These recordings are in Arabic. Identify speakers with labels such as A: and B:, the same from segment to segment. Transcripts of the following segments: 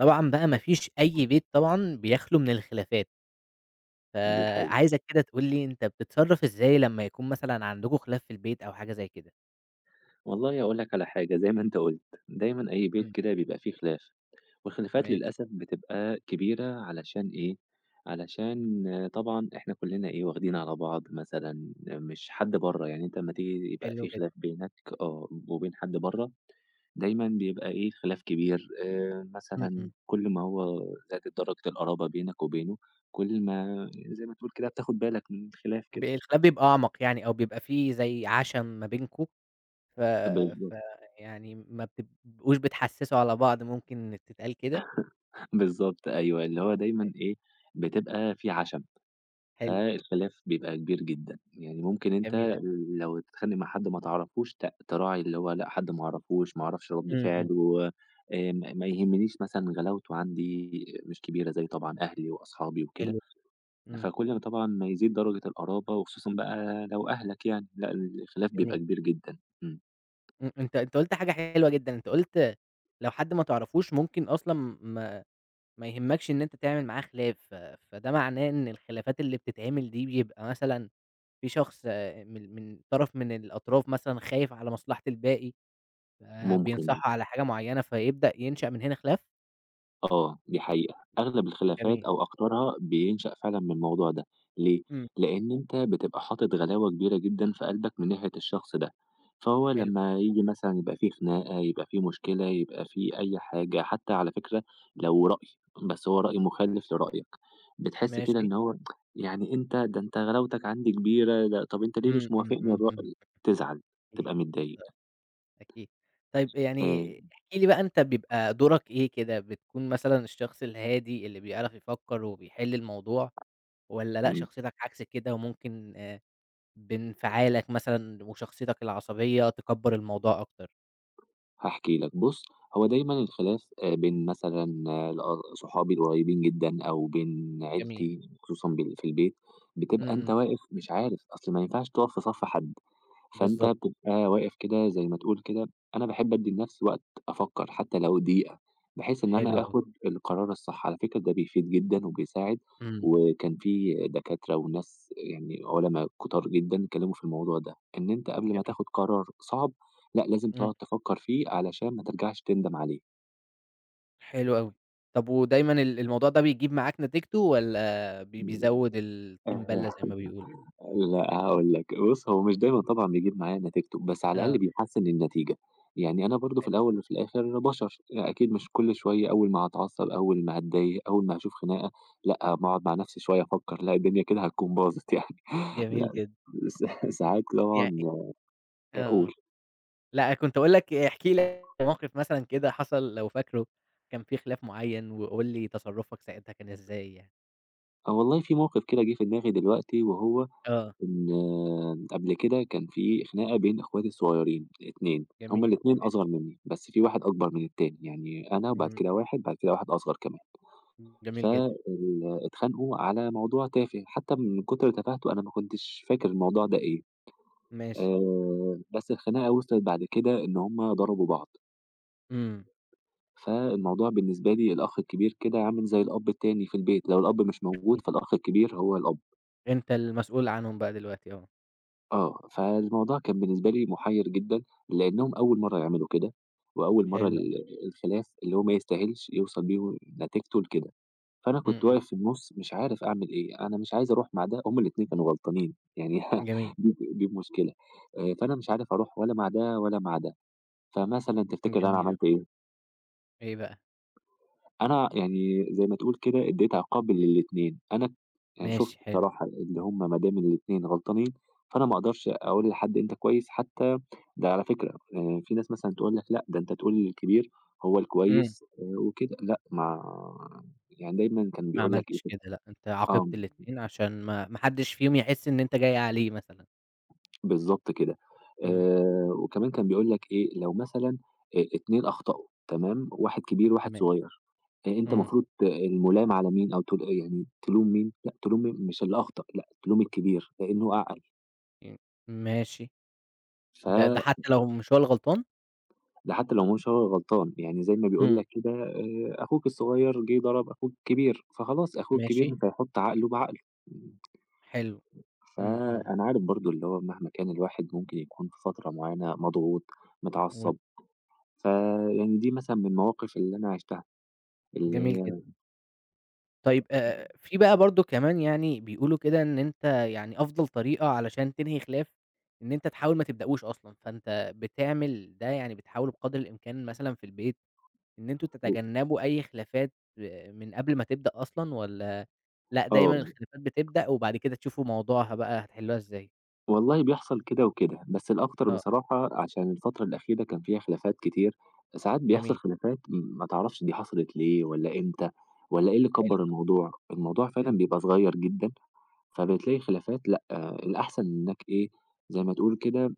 A: طبعًا بقى ما فيش أي بيت طبعًا بيخلو من الخلافات،
B: دي حقيقة.
A: فعايزك كده تقول لي أنت بتتصرّف إزاي لمّا يكون مثلًا عندكم خلاف في البيت أو حاجة زي كده؟
B: والله هاقول لك على حاجة، زي ما أنت قُلت، دايمًا أي بيت
A: إمم،
B: كده بيبقى فيه خلاف، والخلافات
A: ماشي،
B: للأسف بتبقى كبيرة علشان إيه،
A: إمم،
B: علشان طبعًا إحنا كُلّنا إيه، واخدين على بعض مثلًا، مش حد برّه، يعني أنت أمّا تيجي يبقى
A: حلو
B: في
A: جدًا،
B: خلاف بينك وبين حد برّه، دايمًا بيبقى إيه، خلاف كبير
A: إمم،
B: مثلًا
A: إمم،
B: كل ما هو زادت درجة القرابة بينك وبينه، كل ما زي ما تقول كده بتاخد بالك من الخلاف كده.
A: الخلاف بيبقى أعمق يعني أو بيبقى في زي عَشَم ما بينكم ف
B: بالضبط.
A: فيعني ما بتبقوش بتحسّسوا على بعض ممكن تتقال كده؟
B: بالضبط أيوه، اللي هو دايمًا إيه، بتبقى في عَشَم،
A: حلو،
B: فالخلاف بيبقى كبير جدًا، يعني ممكن
A: جميل أوي،
B: أنت لو تتخانق مع حد ما تعرفوش تراعي اللي هو لأ، حد ما أعرفوش، ما أعرفش رَد
A: إمم، إمم،
B: فعله، ما يهمنيش مثلًا غلاوته عندي مش كبيرة زي طبعًا أهلي وأصحابي وكده،
A: حلو، إمم،
B: فكل ما طبعًا ما يزيد درجة القرابة وخصوصًا بقى لو أهلك يعني، لأ الخلاف بيبقى
A: جميل،
B: كبير جدًا،
A: إمم، أنت قُلت حاجة حلوة جدًا، أنت قُلت لو حد ما تعرفوش ممكن أصلًا ما يهمكش إن أنت تعمل معاه خلاف، فده معناه إن الخلافات اللي بتتعمل دي بيبقى مثلًا في شخص من طرف من الأطراف مثلًا خايف على مصلحة الباقي،
B: ممكن
A: فبينصحه على حاجة معيّنة فيبدأ ينشأ من هنا خلاف؟
B: دي حقيقة. أغلب الخلافات
A: جميل،
B: أو أكترها بينشأ فعلًا من الموضوع ده، ليه؟
A: إمم،
B: لإن أنت بتبقى حاطط غلاوة كبيرة جدًا في قلبك من ناحية الشخص ده، فهو
A: حلو،
B: لمّا ييجي مثلًا يبقى في خناقة، يبقى في مشكلة، يبقى في أي حاجة، حتى على فكرة لو رأي، بس هو رأي مخالف لرأيك، بتحس كده
A: ماشي،
B: إن هو يعني أنت ده أنت غلاوتك عندي كبيرة، ده طب أنت ليه
A: إمم،
B: مش
A: إمم،
B: موافقني
A: إمم، إمم،
B: الرأي؟ تزعل،
A: أكيد،
B: تبقى متضايق،
A: أكيد. طيب يعني
B: آآ
A: احكِ لي بقى أنت بيبقى دورك إيه كده، بتكون مثلًا الشخص الهادي اللي بيعرف يفكّر وبيحل الموضوع والّا لأ
B: إمم.
A: شخصيتك عكس كده وممكن بانفعالك مثلًا وشخصيتك العصبية تكبّر الموضوع أكتر.
B: هاحكي لك، بُص، هو دايمًا الخلاف بين مثلًا صحابي القريبين جدًا أو بين
A: جميل.
B: عيلتي خصوصًا في البيت،
A: إمم،
B: بتبقى أنت
A: إمم،
B: واقف مش عارف، أصل ما ينفعش تقف في صَف حد، فأنت
A: بالضبط.
B: بتبقى واقف كده زي ما تقول كده أنا باحب أدّي لنَفْسي وقت أفكّر حتى لو دقيقة، بحيث إن
A: حلو
B: أنا
A: أوي.
B: آخُد القرار الصح، على فكرة ده بيفيد جدًا وبيساعد،
A: إمم.
B: وكان في دكاترة وناس يعني عُلما كُتار جدًا اتكلّموا في الموضوع ده، إن أنت قبل ما
A: جميل.
B: تاخُد قرار صعب لأ، لازم
A: إمم،
B: تقعد تفكّر فيه علشان ما ترجعش تندم عليه.
A: حلو أوي. طب ودايمًا الموضوع ده بيجيب معاك نتيجته والّا
B: إمم،
A: بيزوّد
B: آآ
A: الطين بَلّة زي ما بيقولوا؟
B: لأ، هاقول لك، بُص هو مش دايمًا طبعًا بيجيب معايا نتيجته، بس على
A: آه،
B: الأقل بيحسّن النتيجة. يعني أنا برضه في
A: حلو،
B: الأول وفي الآخر بشر، أكيد مش كل شوية أول ما هاتعصّب، أول ما هاتضايق، أول ما هاشوف خناقة، لأ، أما أقعد مع نفسي شوية أفكّر، لأ، الدنيا كده هتكون باظت يعني.
A: جميل
B: لأ،
A: جدًا.
B: س ساعات طبعًا
A: يعني
B: قُل.
A: آه، لأ كنت هاقول لك احكِ لي موقف مثلًا كده حصل لو فاكره، كان في خلاف معيّن وقُل لي تصرُّفك ساعتها كان إزاي يعني؟
B: والله في موقف كده جِه في دماغي دلوقتي وهو
A: آه،
B: إن قبل كده كان في خناقة بين إخواتي الصغيّرين 2، هُم
A: جميل،
B: الاتنين أصغر
A: ماشي.
B: منّي، بس في واحد أكبر من التاني، يعني أنا وبعد
A: إمم،
B: كده واحد، بعد كده واحد أصغر كمان، ف
A: جميل جدًا،
B: اتخانقوا على موضوع تافه، حتى من كتر تفاهته أنا ما كنتش فاكر الموضوع ده إيه،
A: ماشي.
B: بس الخناقة وصلت بعد كده إن هُم ضربوا بعض،
A: إمم.
B: فالموضوع بالنسبة لي الأخ الكبير كده عامل زي الأب التاني في البيت، لو الأب مش موجود
A: أيوه.
B: فالأخ الكبير هو الأب.
A: أنت المسؤول عنهم بقى دلوقتي آه.
B: فالموضوع كان بالنسبة لي مُحيّر جدًا، لإنّهم أول مرّة يعملوا كده، وأول مرّة
A: حلو أوي.
B: الخلاف اللي هو ما يستاهلش يوصل بيهم نتيجته لكده، فأنا
A: إمم،
B: كنت
A: إمم.
B: واقف في النُص مش عارف أعمل إيه، أنا مش عايز أروح مع ده، هُم الاتنين كانوا غلطانين، يعني
A: جميل،
B: دي المشكلة، فأنا مش عارف أروح ولا مع ده ولا مع ده، فمثلًا تفتكر أنا
A: جميل أوي.
B: عملت إيه؟
A: إيه بقى؟
B: أنا يعني زي ما تقول كده ادّيت عقاب للاتنين، أنا يعني شُفت
A: ماشي حلو.
B: بصراحة اللي هم ما دام الاتنين غلطانين، فأنا ما أقدرش أقول لحد أنت كويس حتى ده على فكرة في ناس مثلًا تقول لك لأ، ده أنت تقول للكبير هو
A: إمم.
B: الكويس وكده، لأ ما يعني دايمًا كان
A: ما
B: بيقول لك إيه
A: عملتش كده لأ، أنت
B: آه.
A: عاقبت الاتنين عشان ما حدش فيهم يحس إن أنت جاي عليه مثلًا.
B: بالضبط كده.
A: إمم.
B: وكمان كان بيقول لك إيه، لو مثلًا 2 أخطأوا تمام، واحد كبير وواحد
A: تمام.
B: صغير، أنت
A: إمم.
B: المفروض المُلام على مين أو يعني تلوم مين؟ لأ تلوم مين؟ مش اللي أخطأ، لأ تلوم الكبير لإنه أعقل،
A: إمم. ماشي.
B: ف
A: ده حتى لو مش هو الغلطان؟
B: ده حتى لو مش هو غلطان، يعني زي ما بيقول
A: إمم.
B: لك كده أخوك الصغير جِه ضرب أخوك الكبير، فخلاص أخوه
A: ماشي.
B: الكبير مش هيحُط عقله بعقله.
A: حلو. إمم، إمم.
B: فأنا عارف برضه اللي هو مهما كان الواحد ممكن يكون في فترة معينة مضغوط،
A: و
B: متعصب. فيعني دي مثلًا من المواقف اللي أنا عِشتها، اللي
A: جميل جدًا.
B: هي
A: طيب في بقى برضه كمان يعني بيقولوا كده إن أنت يعني أفضل طريقة علشان تنهي خلاف، إن أنت تحاول ما تبدأوش أصلًا، فأنت بتعمل ده يعني بتحاولوا بقدر الإمكان مثلًا في البيت إن أنتم
B: و
A: تتجنبوا أي خلافات من قبل ما تبدأ أصلًا والّا لأ، دايمًا
B: آه،
A: الخلافات بتبدأ وبعد كده تشوفوا موضوعها بقى هتحلوها إزاي؟
B: والله بيحصل كده وكده، بس الأكتر
A: آه،
B: بصراحة عشان الفترة الأخيرة كان فيها خلافات كتير، ساعات بيحصل
A: جميل،
B: خلافات ما تعرفش دي حصلت ليه والّا إمتى والّا إيه اللي
A: حلو
B: كبّر
A: أوي،
B: الموضوع، الموضوع فعلًا
A: إمم،
B: بيبقى صغير جدًا، فبتلاقي خلافات لأ، الأحسن إنّك إيه، زي ما تقول كده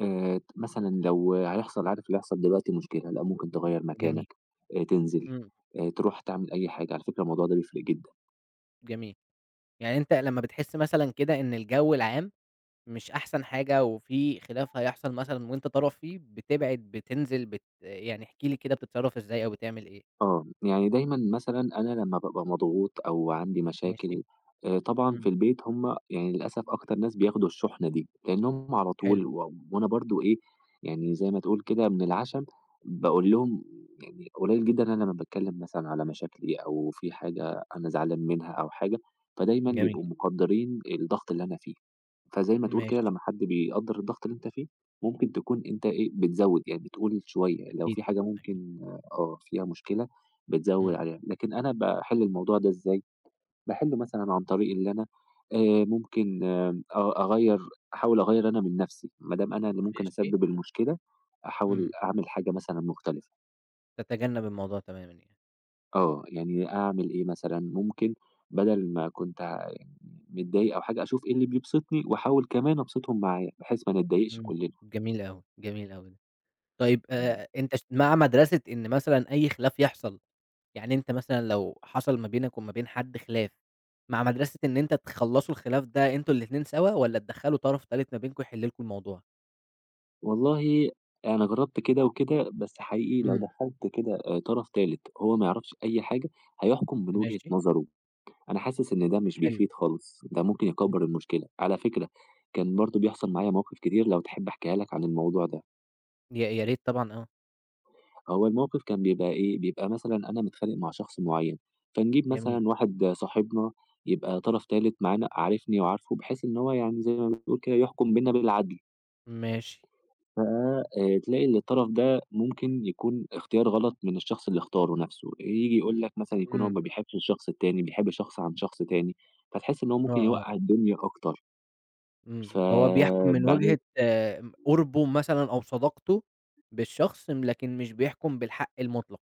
B: مثلًا لو هيحصل عارف اللي هيحصل دلوقتي مشكلة، لأ ممكن تغيّر
A: جميل،
B: مكانك، تنزل،
A: إمم،
B: تروح تعمل أي حاجة، على فكرة الموضوع ده بيفرق جدًا.
A: جميل، يعني أنت لمّا بتحس مثلًا كده إن الجو العام مش أحسن حاجة وفي خلاف هيحصل مثلًا وأنت طرف فيه، بتبعد، بتنزل، يعني احكِ لي كده بتتصرّف إزاي أو بتعمل إيه؟
B: يعني دايمًا مثلًا أنا لمّا بابقى مضغوط أو عندي
A: ماشي،
B: مشاكل، طبعًا
A: إمم،
B: في البيت هُم يعني للأسف أكتر ناس بياخدوا الشُحنة دي، لإن هُم على
A: حلو،
B: طول وأنا برضه إيه، يعني زي ما تقول كده من العَشَم باقول لهم يعني قليل جدًا أنا لمّا باتكلّم مثلًا على مشاكلي أو في حاجة أنا زعلان منها أو حاجة، فدايمًا
A: جميل،
B: بيبقوا مقدّرين الضغط اللي أنا فيه. فزي ما تقول كده
A: ماشي،
B: لمّا حد بيقدّر الضغط اللي أنت فيه، ممكن تكون أنت إيه، بتزوّد، يعني بتقول شوية، يعني لو
A: أكيد
B: في حاجة
A: طبعًا، أكيد،
B: ممكن فيها مشكلة بتزوّد
A: إمم،
B: عليها، لكن أنا باحل الموضوع ده إزاي، باحله مثلًا عن طريق اللي أنا ممكن أغيّر أحاول أغيّر أنا من نَفْسي، ما دام أنا اللي ممكن
A: ماشي،
B: أسبب المشكلة، أحاول
A: إمم،
B: أعمل حاجة مثلًا مختلفة.
A: تتجنب الموضوع تمامًا يعني،
B: يعني أعمل إيه مثلًا، ممكن بدل ما كنت يعني متضايق أو حاجة، أشوف إيه اللي بيبسطني وأحاول كمان أبسطهم معايا، بحيث ما نتضايقش
A: إمم،
B: كُلّنا.
A: جميل أوي، جميل أوي ده. طيب
B: إمم.
A: أنت مع مدرسة إن مثلًا أي خلاف يحصل، يعني أنت مثلًا لو حصل ما بينك وما بين حد خلاف، مع مدرسة إن أنت تخلّصوا الخلاف ده أنتم الاتنين سوا والّا تدخّلوا طرف تالت ما بينكم يحل لكم الموضوع؟
B: والله أنا جرّبت كده وكده، بس حقيقي لو
A: إمم،
B: دخّلت كده طرف تالت هو ما يعرفش أي حاجة، هيحكُم من وجهة
A: ماشي،
B: نظره، أنا حاسس إن ده مش
A: حلو،
B: بيفيد خالص، ده ممكن
A: إمم،
B: يكبّر المشكلة. على فكرة كان برضه بيحصل معايا مواقف كتير لو تحب أحكيها لك عن الموضوع ده.
A: يا يا ريت طبعًا آه،
B: هو الموقف كان بيبقى إيه، بيبقى مثلًا أنا متخانق مع شخص معيّن، فنجيب
A: جميل،
B: مثلًا واحد صاحبنا يبقى طرف تالت معانا عارفني وعارفه، بحيث إن هو يعني زي ما بنقول كده يحكُم بيننا بالعدل.
A: ماشي،
B: ف تلاقي إن الطرف ده ممكن يكون اختيار غلط من الشخص اللي اختاره نَفْسه، ييجي يقول لك مثلًا يكون هو ما
A: إمم،
B: بيحبش الشخص التاني، بيحب شخص عن شخص تاني، فتحس إن هو
A: آه،
B: ممكن
A: آه،
B: يوقّع الدنيا أكتر،
A: إمم، فهو بيحكم من
B: فبعدين
A: وجهة قُربه مثلًا أو صداقته بالشخص، لكن مش بيحكم بالحق المطلق،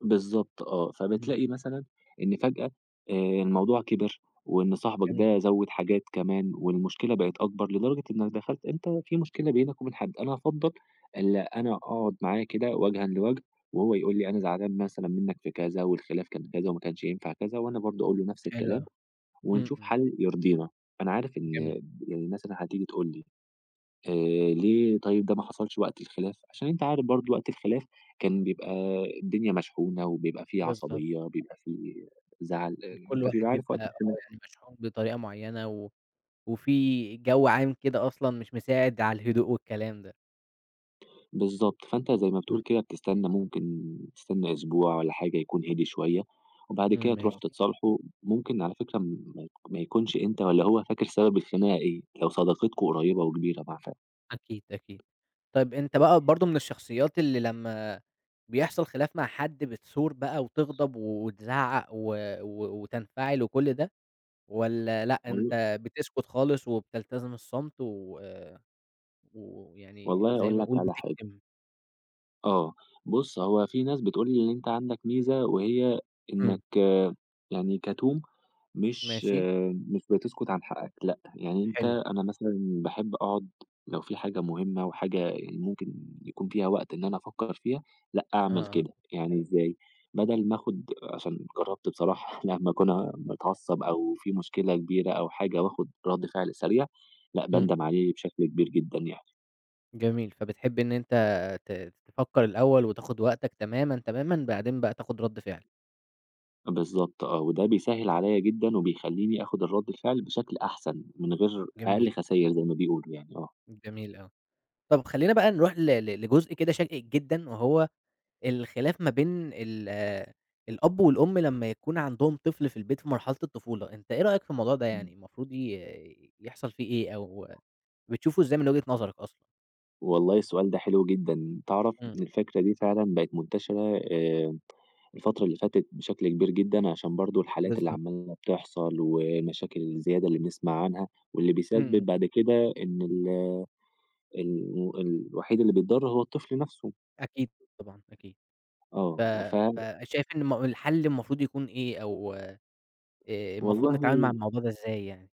B: بالضبط
A: إمم،
B: فبتلاقي مثلًا إن فجأة آآ الموضوع كِبِر، وإن صاحبك
A: جميل،
B: ده زوّد حاجات كمان، والمشكلة بقت أكبر لدرجة إنك دخلت أنت في مشكلة بينك وبين حد، أنا أفضّل إلا أنا أقعد معاه كده وجهًا لوجه، وهو يقول لي أنا زعلان مثلًا منك في كذا، والخلاف كان كذا وما كانش ينفع كذا، وأنا برضه أقول له نفس
A: حلو
B: الكلام،
A: أوي، إمم،
B: ونشوف
A: إمم،
B: حل يرضينا. أنا عارف إن
A: جميل،
B: يعني الناس اللي هتيجي تقول لي آآ ليه طيب ده ما حصلش وقت الخلاف؟ عشان أنت عارف برضه وقت الخلاف كان بيبقى الدنيا مشحونة وبيبقى في
A: بالضبط،
B: عصبية، بيبقى في زعل،
A: كل
B: أنت
A: واحد
B: بيبقى عارف
A: بيبقى
B: وقت الخلاف
A: يعني مشحون بطريقة معيّنة وفي جو عام كده أصلًا مش مساعد على الهدوء والكلام ده،
B: بالضبط، فأنت زي ما
A: إمم،
B: بتقول كده بتستنى ممكن تستنى أسبوع والّا حاجة يكون هدي شوية، وبعد
A: إمم،
B: كده تروحوا
A: ماشي.
B: تتصالحوا، ممكن على فكرة ما يكونش أنت ولا هو فاكر سبب الخناقة إيه، لو صداقتكم قريبة وكبيرة مع
A: أكيد، أكيد. طيب أنت بقى برضه من الشخصيات اللي لمّا بيحصل خلاف مع حد بتثور بقى وتغضب وتزعّق و و وتنفعل وكل ده، والّا لأ
B: والل
A: أنت بتسكت خالص وبتلتزم الصمت ويعني
B: والله
A: زي
B: أقول
A: ما
B: لك
A: أقول
B: على حاجة
A: بتكتم؟
B: آه، بُص هو في ناس بتقول لي إن أنت عندك ميزة وهي
A: إمم،
B: إنك يعني كتوم مش
A: ماشي،
B: مش بتسكت عن حقك، لأ، يعني أنت
A: حلو،
B: أنا مثلًا باحب أقعد لو في حاجة مهمة وحاجة يعني ممكن يكون فيها وقت إن أنا أفكّر فيها، لأ أعمل
A: آه، آه،
B: كده، يعني إزاي؟ بدل ما آخُد عشان جرّبت بصراحة لمّا أكون متعصّب أو في مشكلة كبيرة أو حاجة وآخُد رَد فعل سريع، لأ
A: إمم،
B: باندم عليه بشكل كبير جدًا يعني.
A: جميل. فبتحب إن أنت تفكّر الأول وتاخد وقتك تمامًا، تمامًا، بعدين بقى تاخد رَد فعل.
B: بالضبط وده بيسهّل عليَّ جدًا وبيخلّيني آخُد الرَد الفعل بشكل أحسن، من غير
A: جميل،
B: أقل خساير زي ما بيقولوا يعني
A: جميل أوي. طَب خلّينا بقى نروح ل ل لجزء كده شائِك جدًا وهو الخلاف ما بين ال آه، الأب والأم لمّا يكون عندهم طفل في البيت في مرحلة الطفولة، أنت إيه رأيك في الموضوع ده
B: إمم.
A: يعني المفروض يحصل فيه إيه أو بتشوفه إزاي من وجهة نظرك أصلًا؟
B: والله السؤال ده حلو جدًا، تعرف
A: إمم،
B: إن الفكرة دي فعلًا بقت منتشرة الفترة اللي فاتت بشكل كبير جدًا، عشان برضه الحالات اللي
A: بالضبط،
B: عمّالة بتحصل والمشاكل الزيادة اللي بنسمع عنها، واللي
A: إمم، إمم،
B: بيسبب بعد كده إن ال ال الوحيد اللي بيتضَر هو الطفل نَفْسه.
A: أكيد طبعًا أكيد، ف
B: آه، ف
A: فشايف إن الحل المفروض يكون إيه أو المفروض
B: والله
A: نتعامل مع الموضوع ده إزاي يعني؟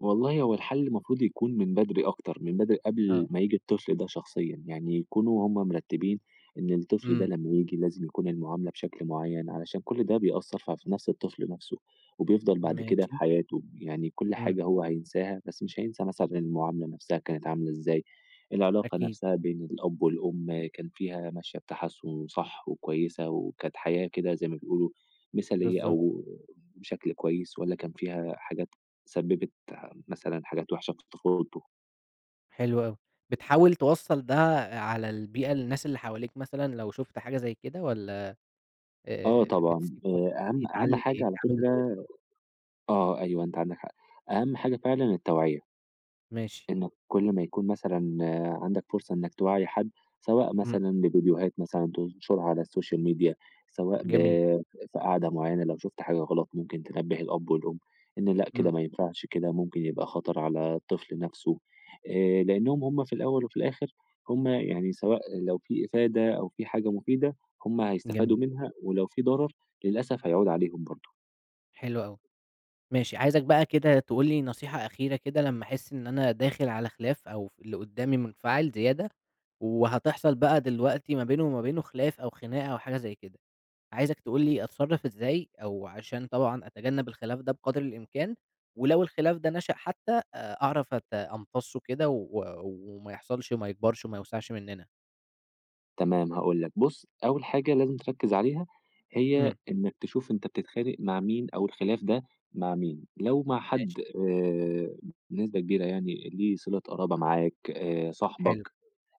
B: والله هو الحل المفروض يكون من بدري أكتر، من بدري
A: آه،
B: قبل ما ييجي الطفل ده شخصيًا، يعني يكونوا هم مرتبين إن الطفل ده
A: إمم،
B: لمّا ييجي لازم يكون المعاملة بشكل معيّن، علشان كل ده بيأثّر في نفْس الطفل نفْسه، وبيفضل بعد كده في
A: ماشي،
B: حياته، يعني كل
A: إمم،
B: حاجة هو هينساها، بس مش هينسى مثلًا المعاملة نفْسها كانت عاملة إزاي، العلاقة
A: أكيد،
B: نفْسها بين الأب والأم كان فيها ماشية بتحسُّن وصح وكويسة، وكانت حياة كده زي ما بيقولوا مثالية
A: بالضبط،
B: أو بشكل كويس، والّا كان فيها حاجات سبّبت مثلًا حاجات وحشة في طفولته.
A: حلو أوي، بتحاول توصّل ده على البيئة للناس اللي حواليك مثلًا لو شُفت حاجة زي كده والّا؟
B: طبعًا،
A: بتسيب كل حد
B: أهم أهم حاجة على
A: يتعامل
B: فكرة
A: بطريقته،
B: أيوه أنت عندك حق. أهم حاجة فعلًا التوعية.
A: ماشي،
B: إنك كل ما يكون مثلًا عندك فرصة إنك توعّي حد، سواء
A: إمم،
B: مثلًا بفيديوهات مثلًا تنشرها على السوشيال ميديا، سواء
A: جميل،
B: في قعدة معيّنة لو شُفت حاجة غلط ممكن تنبّه الأب والأم، إن لأ
A: إمم،
B: كده ما ينفعش، كده ممكن يبقى خطر على الطفل نَفْسه، لإنّهم هم في الأول وفي الآخر هم يعني سواء لو في إفادة أو في حاجة مفيدة، هم
A: جميل،
B: هيستفادوا منها ولو في ضرر للأسف هيعود عليهم برضه.
A: حلو أوي، ماشي، عايزك بقى كده تقول لي نصيحة أخيرة كده لمّا أحس إن أنا داخل على خلاف أو اللي قدّامي منفعل زيادة، وهتحصل بقى دلوقتي ما بينه وما بينه خلاف أو خناقة أو حاجة زي كده، عايزك تقول لي أتصرّف إزاي، أو عشان طبعًا أتجنب الخلاف ده بقدر الإمكان، ولو الخلاف ده نشأ حتى أعرف أمتصّه كده وما يحصلش وما يكبرش وما يوسعش مننا،
B: تمام هاقول لك، بُص أول حاجة لازم تركّز عليها هي
A: إمم،
B: إنك تشوف أنت بتتخانق مع مين أو الخلاف ده مع مين، لو مع
A: ماشي،
B: حد بنسبة كبيرة يعني ليه صِلة قرابة معاك، صاحبك،
A: حلو.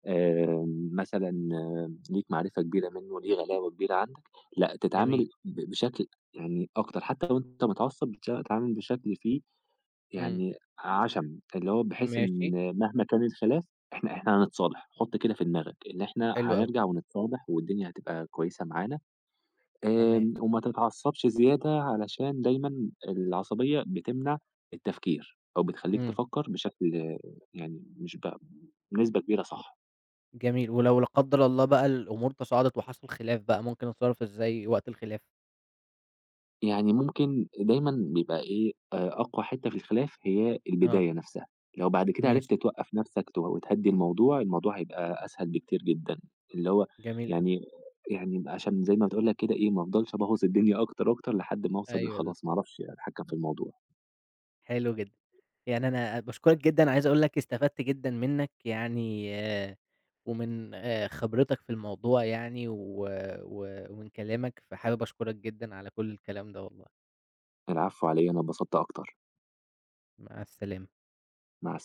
B: آآ مثلًا ليك معرفة كبيرة منّه، ليه غلاوة كبيرة عندك، لأ
A: جميل،
B: تتعامل بشكل يعني أكتر، حتى لو أنت متعصّب تتعامل بشكل فيه
A: إمم.
B: يعني عَشَم، اللي هو بحيث
A: ماشي،
B: إن مهما كان الخلاف إحنا هنتصالح، حُط كده في دماغك إن إحنا
A: حلو أوي،
B: هنرجع ونتصالح والدنيا هتبقى كويسة معانا،
A: تمام،
B: وما تتعصّبش زيادة علشان دايمًا العصبية بتمنع التفكير أو بتخلّيك
A: إمم،
B: تفكّر بشكل يعني مش بنسبة كبيرة صح.
A: جميل، ولو لا قدّر الله بقى الأمور تصاعدت وحصل خلاف بقى، ممكن أتصرّف إزاي وقت الخلاف؟
B: يعني ممكن دايمًا بيبقى إيه، أقوى حتّة في الخلاف هي
A: آه،
B: البداية نفسها، لو بعد كده
A: ماشي،
B: عرفت توقّف نفسك وتهدّي الموضوع، الموضوع هيبقى أسهل بكتير جدًا، اللي هو
A: جميل أوي،
B: يعني يعني عشان زي ما بتقول لك كده إيه، ما أفضلش أبوّظ الدنيا أكتر، أكتر لحد ما أوصل
A: أيوه بالضبط،
B: لخلاص ما أعرفش أتحكّم في الموضوع.
A: حلو جدًا، يعني أنا باشكرك جدًا، عايز أقول لك استفدت جدًا منّك يعني ومن خبرتك في الموضوع يعني و و ومن كلامك، فحابب أشكرك جدًا على كل الكلام ده والله،
B: العفو على إيه، أنا اتبسطت أكتر،
A: مع السلامة.
B: مع